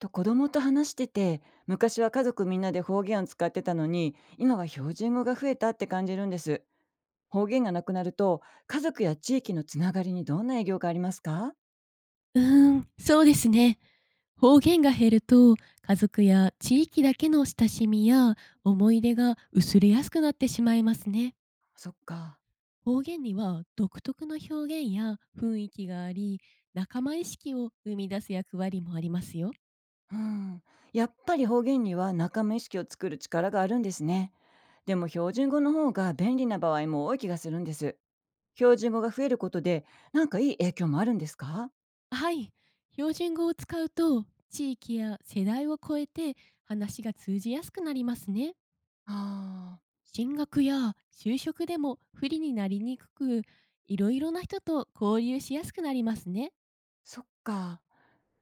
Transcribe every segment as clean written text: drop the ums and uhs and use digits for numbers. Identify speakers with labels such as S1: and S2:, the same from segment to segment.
S1: と子供と話してて、昔は家族みんなで方言を使ってたのに今は標準語が増えたって感じるんです。方言がなくなると家族や地域のつながりにどんな影響がありますか？
S2: そうですね。方言が減ると、家族や地域だけの親しみや思い出が薄れやすくなってしまいますね。
S1: そっか。
S2: 方言には独特の表現や雰囲気があり、仲間意識を生み出す役割もありますよ。
S1: うん。やっぱり方言には仲間意識を作る力があるんですね。でも標準語の方が便利な場合も多い気がするんです。標準語が増えることでなんかいい影響もあるんですか？
S2: はい。標準語を使うと、地域や世代を超えて話が通じやすくなりますね。
S1: ああー。
S2: 進学や就職でも不利になりにくく、いろいろな人と交流しやすくなりますね。
S1: そっか。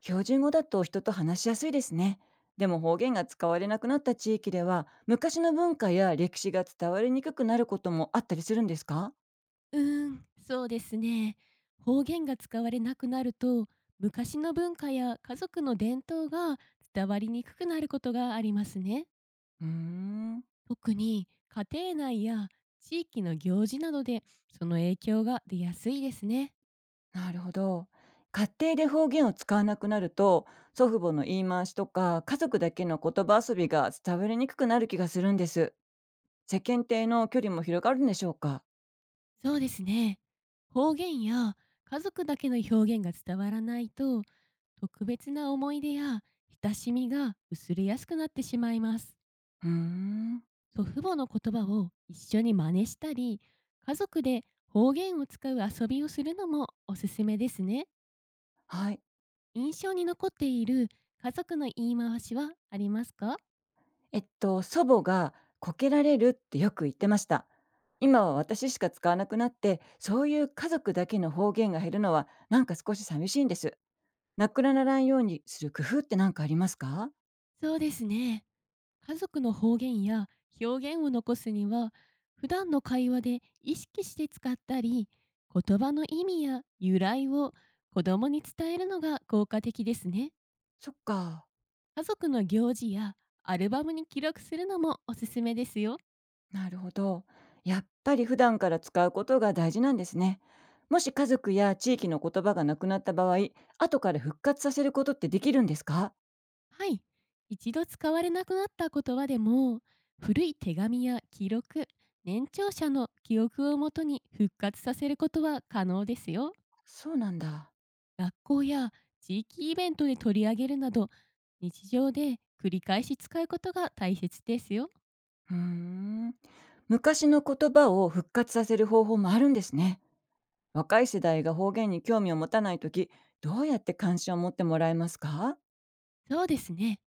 S1: 標準語だと人と話しやすいですね。でも方言が使われなくなった地域では、昔の文化や歴史が伝わりにくくなることもあったりするんですか？
S2: そうですね。方言が使われなくなると、昔の文化や家族の伝統が伝わりにくくなることがありますね。
S1: うーん。
S2: 特に家庭内や地域の行事などでその影響が出やすいですね。
S1: なるほど。家庭で方言を使わなくなると、祖父母の言い回しとか家族だけの言葉遊びが伝わりにくくなる気がするんです。世間体の距離も広がるんでしょうか？
S2: そうですね。方言や家族だけの表現が伝わらないと、特別な思い出や親しみが薄れやすくなってしまいます。
S1: うーん。
S2: 祖父母の言葉を一緒に真似したり、家族で方言を使う遊びをするのもおすすめですね。
S1: はい。
S2: 印象に残っている家族の言い回しはありますか？
S1: 祖母がこけられるってよく言ってました。今は私しか使わなくなって、そういう家族だけの方言が減るのはなんか少し寂しいんです。なくならないようにする工夫って何かありますか？
S2: そうですね。家族の方言や表現を残すには、普段の会話で意識して使ったり、言葉の意味や由来を子供に伝えるのが効果的ですね。
S1: そっか。
S2: 家族の行事やアルバムに記録するのもおすすめですよ。
S1: なるほど。やっぱり普段から使うことが大事なんですね。もし家族や地域の言葉がなくなった場合、後から復活させることってできるんですか？
S2: はい。一度使われなくなった言葉でも、古い手紙や記録、年長者の記憶をもとに復活させることは可能ですよ。
S1: そうなんだ。
S2: 学校や地域イベントで取り上げるなど、日常で繰り返し使うことが大切ですよ。
S1: うーん。昔の言葉を復活させる方法もあるんですね。若い世代が方言に興味を持たないとき、どうやって関心を持ってもらえますか？
S2: そうですね。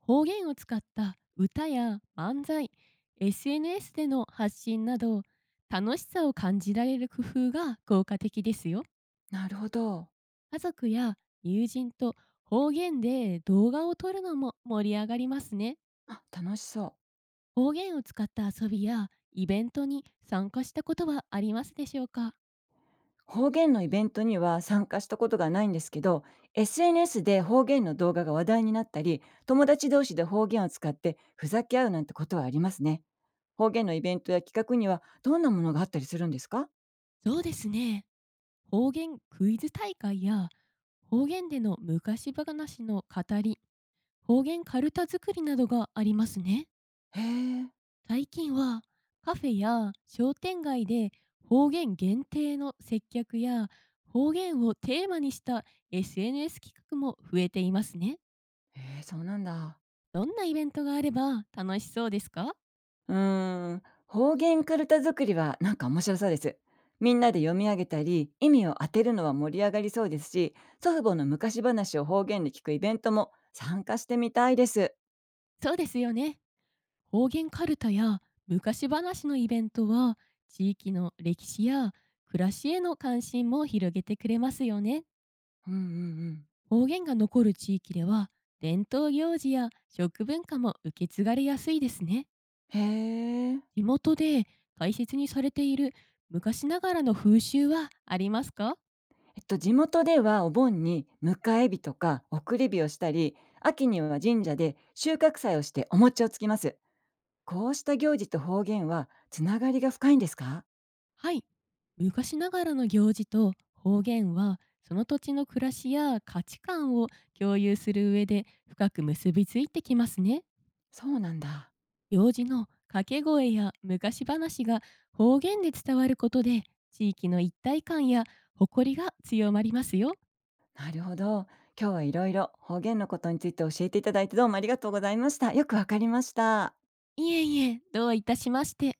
S2: 方言を使った歌や漫才、SNS での発信など、楽しさを感じられる工夫が効果的ですよ。
S1: なるほど。
S2: 家族や友人と方言で動画を撮るのも盛り上がりますね。
S1: あ、楽しそう。
S2: 方言を使った遊びやイベントに参加したことはありますでしょうか？
S1: 方言のイベントには参加したことがないんですけど、SNS で方言の動画が話題になったり、友達同士で方言を使ってふざけ合うなんてことはありますね。方言のイベントや企画にはどんなものがあったりするんですか？
S2: そうですね。方言クイズ大会や方言での昔話の語り、方言カルタ作りなどがありますね。
S1: へえ。
S2: 最近はカフェや商店街で方言限定の接客や方言をテーマにした SNS 企画も増えていますね。
S1: へえ、そうなんだ。
S2: どんなイベントがあれば楽しそうですか？
S1: うーん、方言かるた作りはなんか面白そうです。みんなで読み上げたり、意味を当てるのは盛り上がりそうですし、祖父母の昔話を方言で聞くイベントも参加してみたいです。
S2: そうですよね。方言カルタや昔話のイベントは地域の歴史や暮らしへの関心も広げてくれますよね。
S1: うんうんうん。
S2: 方言が残る地域では伝統行事や食文化も受け継がれやすいですね。
S1: へえ。
S2: 地元で大切にされている昔ながらの風習はありますか？
S1: 地元ではお盆に迎え火とか送り火をしたり、秋には神社で収穫祭をしてお餅をつきます。こうした行事と方言はつながりが深いんですか？
S2: はい。昔ながらの行事と方言は、その土地の暮らしや価値観を共有する上で深く結びついてきますね。
S1: そうなんだ。
S2: 行事の掛け声や昔話が方言で伝わることで、地域の一体感や誇りが強まりますよ。
S1: なるほど。今日はいろいろ方言のことについて教えていただいてどうもありがとうございました。よくわかりました。
S2: いえいえ、どういたしまして。